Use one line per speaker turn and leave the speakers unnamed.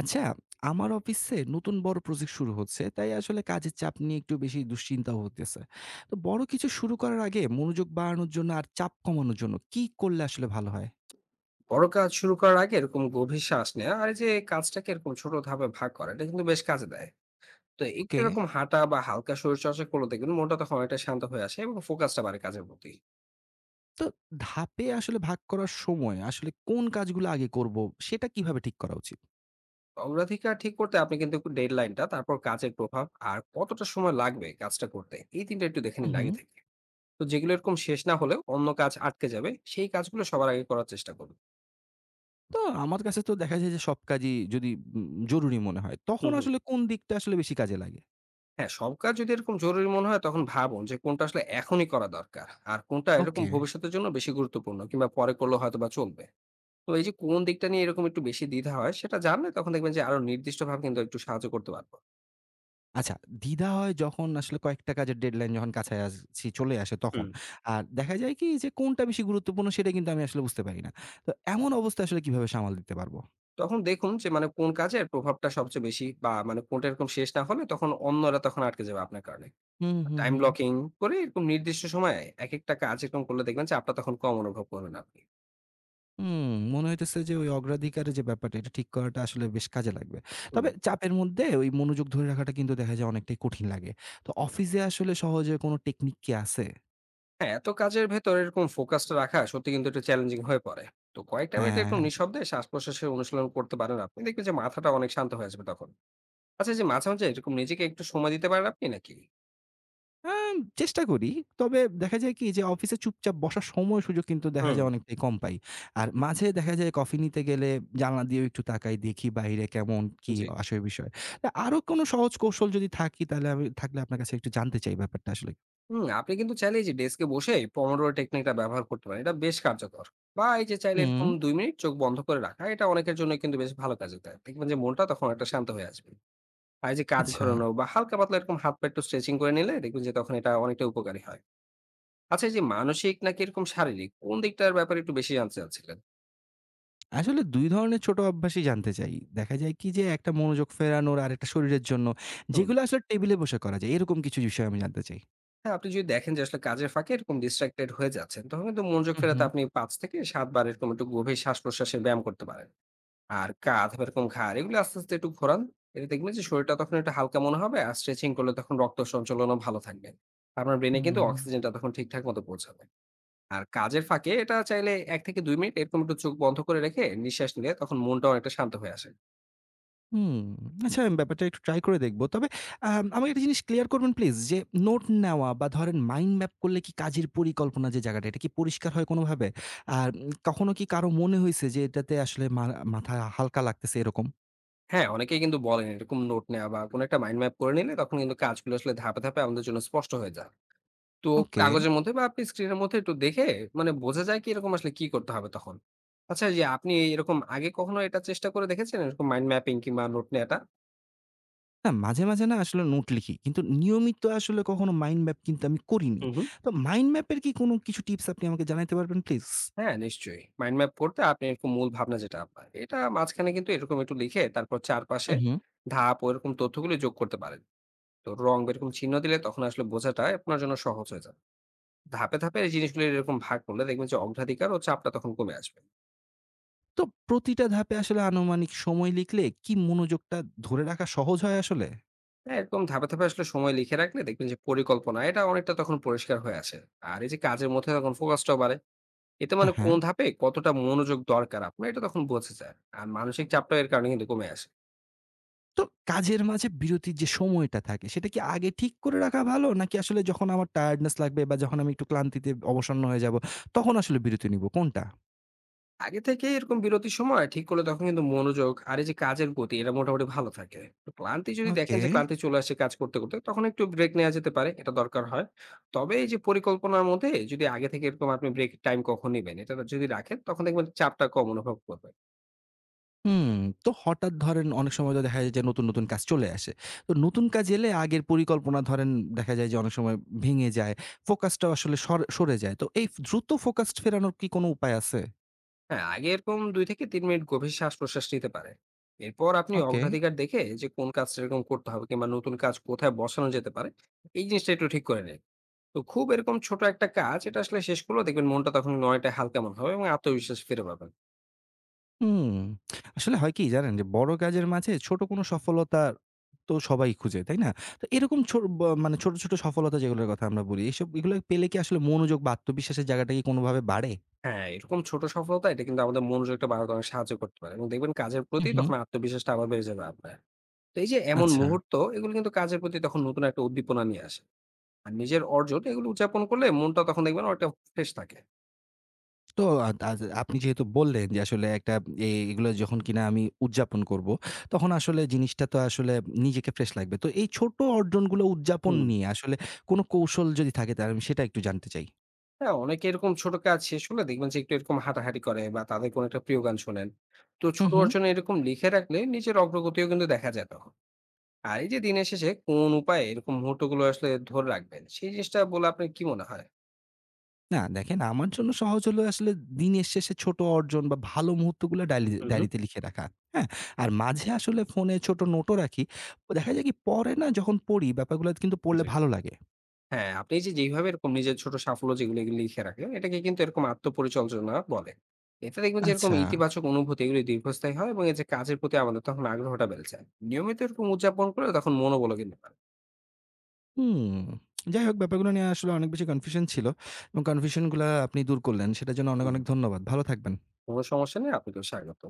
আচ্ছা, আমার অফিসে নতুন বড় প্রজেক্ট শুরু হচ্ছে, তাই আসলে কাজের চাপ নিয়ে একটু বেশি দুশ্চিন্তাও হতেছে। তো বড় কিছু শুরু করার আগে মনোযোগ বাড়ানোর জন্য আর চাপ কমানোর জন্য কি করলে আসলে ভালো হয়?
বড় কাজ শুরু করার আগে এরকম গভীর শ্বাস নেওয়া আর এই যে কাজটাকে এরকম ছোট ধাপে ভাগ করা এটা কিন্তু বেশ কাজে দেয়। তো একটু
ওকে।
এরকম হাঁটা বা হালকা শরীর চর্চা করলে দেখবেন মনটা তখন অনেকটা শান্ত হয়ে আসে এবং ফোকাসটা বাড়ে কাজের প্রতি।
তো ধাপে আসলে ভাগ করার সময় আসলে কোন কাজগুলো আগে করব সেটা কিভাবে ঠিক করা উচিত?
অগ্রাধিকার ঠিক করতে আপনি কিন্তু ডেড লাইনটা তারপর কাজের প্রভাব আর কতটা সময় লাগবে কাজটা করতে এই তিনটা একটু দেখে
হুম
নিন
হুম।
আগে থেকে। তো যেগুলো এরকম শেষ না হলেও অন্য কাজ আটকে যাবে সেই কাজগুলো সবার আগে করার চেষ্টা করুন।
তো আমার কাছে তো দেখা যায় যে সব কাজই যদি উম জরুরি মনে হয়, তখন
হুম হুম।
আসলে কোন দিকটা আসলে বেশি কাজে লাগে?
হ্যাঁ, সব কাজ যদি এরকম জরুরি মনে হয় তখন ভাবুন যে কোনটা আসলে এখনই করা দরকার। আর কোনটা এরকম
ওকে।
ভবিষ্যতের জন্য বেশি গুরুত্বপূর্ণ কিংবা পরে করলেও হয়তোবা চলবে। তো এই যে কোন দিকটা নিয়ে এরকম একটু বেশি দ্বিধা হয় সেটা জানলে তখন দেখবেন যে আরো নির্দিষ্টভাবে কিন্তু একটু সাহায্য করতে পারব।
আচ্ছা, দ্বিধা হয় যখন আসলে কয়েকটা কাজের ডেডলাইন যখন কাছায় আসছি চলে আসে তখন।
হুম।
আর দেখা যায় কি যে কোনটা বেশি গুরুত্বপূর্ণ সেটা কিন্তু আমি আসলে বুঝতে পারি না। তো এমন অবস্থায় আসলে কিভাবে সামাল দিতে পারবো?
তখন দেখুন যে কোন কাজের প্রভাবটা সবচেয়ে বেশি বা কোনটা এরকম শেষ না হলে তখন অন্যরা তখন আটকে যাবে আপনার কারণে।
হুম, হুম,
টাইম
হুম।
ব্লকিং করে এরকম নির্দিষ্ট সময়ে একেকটা কাজ এরকম করলে দেখবেন যে আপনার তখন কম অনুভব করবেন আপনি।
হুম, মনে হইতেছে যে ওই অগ্রাধিকারের যে ব্যাপারটা এটা ঠিক করাটা আসলে বেশ কাজে লাগবে।
হুম।
তবে চাপের মধ্যে ওই মনোযোগ ধরে রাখাটা কিন্তু দেখা যায় অনেকটাই কঠিন লাগে। তো অফিসে আসলে সহজে কোনো টেকনিক কি আছে?
হ্যাঁ, এত কাজের ভেতর এরকম ফোকাসটা রাখা সত্যি কিন্তু একটু চ্যালেঞ্জিং হয়ে পড়ে। তো কয়েকটা মিনিট এরকম
হ্যাঁ।
নিঃশব্দে শ্বাস-প্রশ্বাসের অনুশীলন করতে পারেন আপনি। দেখবেন যে মাথাটা অনেক শান্ত হয়ে আসবে তখন। আচ্ছা এই যে মাঝে, মাঝে এরকম নিজেকে একটু সময় দিতে পারেন আপনি নাকি?
আম চেষ্টা করি। তবে দেখা যায় কি যে অফিসে চুপচাপ বসার সময় সুযোগ কিন্তু দেখা
হুম,
যায় অনেকটাই কম পাই। আর মাঝে দেখা যায় কফি নিতে গেলে জানলা দিয়েও একটু তাকাই দেখি বাইরে কেমন কি
জি।
আশয় বিষয়। তা আরো কোনো সহজ কৌশল যদি থাকি তাহলে আমি থাকলে আপনার কাছে একটু জানতে চাই ব্যাপারটা আসলে।
হুম, আপনি কিন্তু চাইলে এই যে ডেস্কে বসে এই Pomodoro টেকনিকটা ব্যবহার করতে পারেন। এটা বেশ কার্যকর। বা এই যে চাইলে
হুম,
এরকম ২ মিনিট চোখ বন্ধ করে রাখা, এটা অনেকের জন্য কিন্তু বেশ ভালো কাজে দেয়। দেখবেন যে মনটা তখন একটা শান্ত হয়ে আসবে। আর এই যে কাঁধ
আচ্ছা।
ঘোরানো বা হালকা পাতলা এরকম হাত পা একটু স্ট্রেচিং করে নিলে দেখবেন যে তখন এটা অনেকটা উপকারী হয়। আচ্ছা এই যে মানসিক নাকি এরকম শারীরিক কোন দিকটার ব্যাপারে একটু বেশি জানতে চাচ্ছিলেন?
আসলে ২ ধরনের ছোট অভ্যাসই জানতে চাই। দেখা যায় কি যে একটা মনোযোগ ফেরানোর আরেকটা শরীরের জন্য।
হুম।
যেগুলো আসলে টেবিলে বসে করা যায় এরকম কিছু বিষয় আমি জানতে চাই।
হ্যাঁ, আপনি যদি দেখেন যে আসলে কাজের ফাঁকে এরকম distracted হয়ে যাচ্ছেন, তখন কিন্তু মনোযোগ
হুম,
ফেরাতে
হুম,
আপনি ৫ থেকে ৭ বার এরকম একটু গভীর শ্বাস-প্রশ্বাসের ব্যায়াম করতে পারেন। আর কাঁধ বা এরকম ঘাড় এগুলো আস্তে, আস্তে একটু ঘোরান। এতে দেখবেন যে শরীরটা তখন একটু হালকা মনে হবে আর স্ট্রেচিং করলে তখন রক্ত সঞ্চালনও ভালো থাকবে। আপনার ব্রেইনে কিন্তু
হুম।
অক্সিজেনটা তখন ঠিকঠাক মতো পৌঁছাবে। আর কাজের ফাঁকে এটা চাইলে ১ থেকে ২ মিনিট এরকম একটু চোখ বন্ধ করে রেখে নিঃশ্বাস নিলে তখন মনটা অনেকটা শান্ত হয়ে আসে।
হুম, আচ্ছা আমি ব্যাপারটা একটু ট্রাই করে দেখব। তবে আমাকে একটা জিনিস ক্লিয়ার করবেন প্লিজ যে নোট নেওয়া বা ধরেন মাইন্ড ম্যাপ করলে কি কাজের পরিকল্পনা যে জায়গাটা এটা কি পরিষ্কার হয় কোনোভাবে? আর কখনো কি কারো মনে হইছে যে এটাতে আসলে মাথা হালকা লাগতেছে এরকম?
হ্যাঁ, অনেকেই কিন্তু বলেন এরকম নোট নেয়া বা কোন একটা মাইন্ড ম্যাপ করে নিলে তখন কিন্তু কাজগুলো আসলে ধাপে, ধাপে আমাদের জন্য স্পষ্ট হয়ে যায়। তো
ওকে।
কাগজের মধ্যে বা আপনি স্ক্রিনের মধ্যে একটু দেখে বোঝা যায় কি এরকম আসলে কি করতে হবে তখন? আচ্ছা এই যে আপনি এরকম আগে কখনো এটা চেষ্টা করে দেখেছেন এরকম মাইন্ড ম্যাপিং কিংবা নোট নেয়াটা?
না মাঝে, মাঝে না আসলে নোট লিখি। কিন্তু নিয়মিত আসলে কখনো মাইন্ড ম্যাপ কিন্তু আমি করিনি।
হুম, হুম।
তো মাইন্ড ম্যাপের কি কোনো কিছু টিপস আপনি আমাকে জানাইতে পারবেন প্লিজ?
হ্যাঁ, নিশ্চয়ই। মাইন্ড ম্যাপ করতে আপনি এরকম মূল ভাবনা যেটা আপনার, এটা মাঝখানে কিন্তু এরকম একটু লিখে তারপর
হু,
চারপাশে
হু।
ধাপ ও এরকম তথ্যগুলো যোগ করতে পারেন। তো রং বা এরকম চিহ্ন দিলে তখন আসলে বোঝাটা আপনার জন্য সহজ হয়ে যায়। ধাপে, ধাপে এই জিনিসগুলো এরকম ভাগ করলে দেখবেন যে অগ্রাধিকার ও চাপটা তখন কমে আসবে।
তো প্রতিটা ধাপে আসলে আনুমানিক সময় লিখলে কি মনোযোগটা ধরে রাখা সহজ হয় আসলে?
হ্যাঁ, এরকম ধাপে, ধাপে আসলে সময় লিখে রাখলে দেখবেন যে পরিকল্পনা এটা অনেকটা তখন পরিষ্কার হয়ে আসে। আর এই যে কাজের মধ্যে তখন ফোকাসটাও বাড়ে। এতে
হ্যাঁ, হ্যাঁ।
কোন ধাপে কতটা মনোযোগ দরকার আপনার এটা তখন বোঝা যায়। আর মানসিক চাপটাও এর কারণে কিন্তু কমে আসে।
তো কাজের মাঝে বিরতির যে সময়টা থাকে সেটা কি আগে ঠিক করে রাখা ভালো? নাকি আসলে যখন আমার টায়ার্ডনেস লাগবে বা যখন আমি একটু ক্লান্তিতে অবসন্ন হয়ে যাব তখন আসলে বিরতি নিব কোনটা?
আগে থেকে এরকম বিরতির সময় ঠিক করলে তখন কিন্তু মনোযোগ আর এই যে কাজের গতি এটা মোটামুটি ভালো থাকে। তো ক্লান্তি যদি দেখেন
ওকে।
যে ক্লান্তি চলে আসে কাজ করতে করতে তখন একটু ব্রেক নেওয়া যেতে পারে, এটা দরকার হয়। তবে এই যে পরিকল্পনার মধ্যে যদি আগে থেকে এরকম আপনি ব্রেক টাইম কখন নেবেন এটা যদি রাখেন তখন দেখবেন চাপটা কম অনুভব করবেন।
হুম, তো হঠাৎ ধরেন অনেক সময় তো দেখা যায় যে নতুন, নতুন কাজ চলে আসে। তো নতুন কাজ এলে আগের পরিকল্পনা ধরেন দেখা যায় যে অনেক সময় ভেঙে যায়। ফোকাসটাও আসলে সরে যায়। তো এই দ্রুত ফোকাস ফেরানোর কি কোনো উপায় আছে?
হ্যাঁ, আগে এরকম ২ থেকে ৩ মিনিট গভীর শ্বাস প্রশ্বাস নিতে পারে। এরপর আপনি
ওকে।
অগ্রাধিকার দেখে যে কোন কাজটা এরকম করতে হবে কিংবা নতুন কাজ কোথায় বসানো যেতে পারে এই জিনিসটা একটু ঠিক করে নিন। তো খুব এরকম ছোট একটা কাজ এটা আসলে শেষ করলেও দেখবেন মনটা তখন অনেকটা হালকা মনে হবে এবং আত্মবিশ্বাস ফিরে পাবেন।
হুম, আসলে হয় কি জানেন? যে বড় কাজের মাঝে ছোট কোনো সফলতা তো সবাই খুঁজে, তাই না? তো এরকম ছোট মানে ছোট, ছোট সফলতা যেগুলোর কথা আমরা বলি, এসব এগুলো পেলে কি আসলে মনোযোগ বা আত্মবিশ্বাসের জায়গাটা কি কোনোভাবে বাড়ে?
হ্যাঁ, এরকম ছোট সফলতা এটা কিন্তু আমাদের মনোযোগটা বাড়াতে অনেক সাহায্য করতে পারে এবং দেখবেন কাজের
হু,
প্রতি
হু,
তখন আত্মবিশ্বাসটা আবার বেড়ে যাবে আপনার। তো এই যে এমন
আচ্ছা।
মুহূর্ত এগুলো কিন্তু কাজের প্রতি তখন নতুন একটা উদ্দীপনা নিয়ে আসে। আর নিজের অর্জন এগুলো উদযাপন করলে মনটা তখন দেখবেন অনেকটা ফ্রেশ থাকে।
তো আজ আপনি যেহেতু বললেন যে আসলে একটা এগুলো যখন কিনা আমি উদযাপন করব, তখন আসলে জিনিসটা তো আসলে নিজেকে ফ্রেশ লাগবে। তো এই ছোট অর্জনগুলো উদযাপন
হুম।
নিয়ে আসলে কোনো কৌশল যদি থাকে তাহলে আমি সেটা একটু জানতে চাই।
হ্যাঁ, অনেকে এরকম ছোট কাজ শেষ হলে দেখবেন যে একটু এরকম হাঁটাহাঁটি করে বা তাদের কোনো একটা প্রিয় গান শোনেন। তো
হু,
ছোট
হু।
অর্জন এরকম লিখে রাখলে নিজের অগ্রগতিও কিন্তু দেখা যায় তখন। আর এই যে দিনের শেষে কোন উপায়ে এরকম মুহূর্তগুলো আসলে ধরে রাখবেন সেই জিনিসটা বলে আপনার কি মনে হয়?
না, দেখেন আমার জন্য সহজ হলো আসলে দিনের শেষে ছোট অর্জন বা ভালো মুহূর্তগুলো ডায়লি
হুম, হুম।
ডায়েরিতে লিখে রাখা। হ্যাঁ? আর মাঝে আসলে ফোনে ছোট নোটও রাখি। দেখা যায় কি পরে না যখন পড়ি ব্যাপারগুলো কিন্তু পড়লে
জি।
ভালো লাগে।
হ্যাঁ, আপনি এই যে যেইভাবে এরকম নিজের ছোট সাফল্য যেগুলো এগুলো লিখে রাখেন, এটাকে কিন্তু এরকম আত্মপরিচর্যা বলে। এতে দেখবেন যে এরকম
আচ্ছা।
ইতিবাচক অনুভূতি এগুলি দীর্ঘস্থায়ী হয় এবং এই যে কাজের প্রতি আমাদের তখন আগ্রহটা বেড়ে যায়। নিয়মিত এরকম উদযাপন করলে তখন মনোবলও কিন্তু বাড়ে।
হুম। যাই হোক ব্যাপারগুলো নিয়ে আসলে অনেক বেশি কনফিউশন ছিল এবং কনফিউশন গুলা আপনি দূর করলেন। সেটার জন্য অনেক,
হুম।
অনেক ধন্যবাদ। ভালো থাকবেন।
কোনো সমস্যা নেই, আপনাকেও স্বাগত।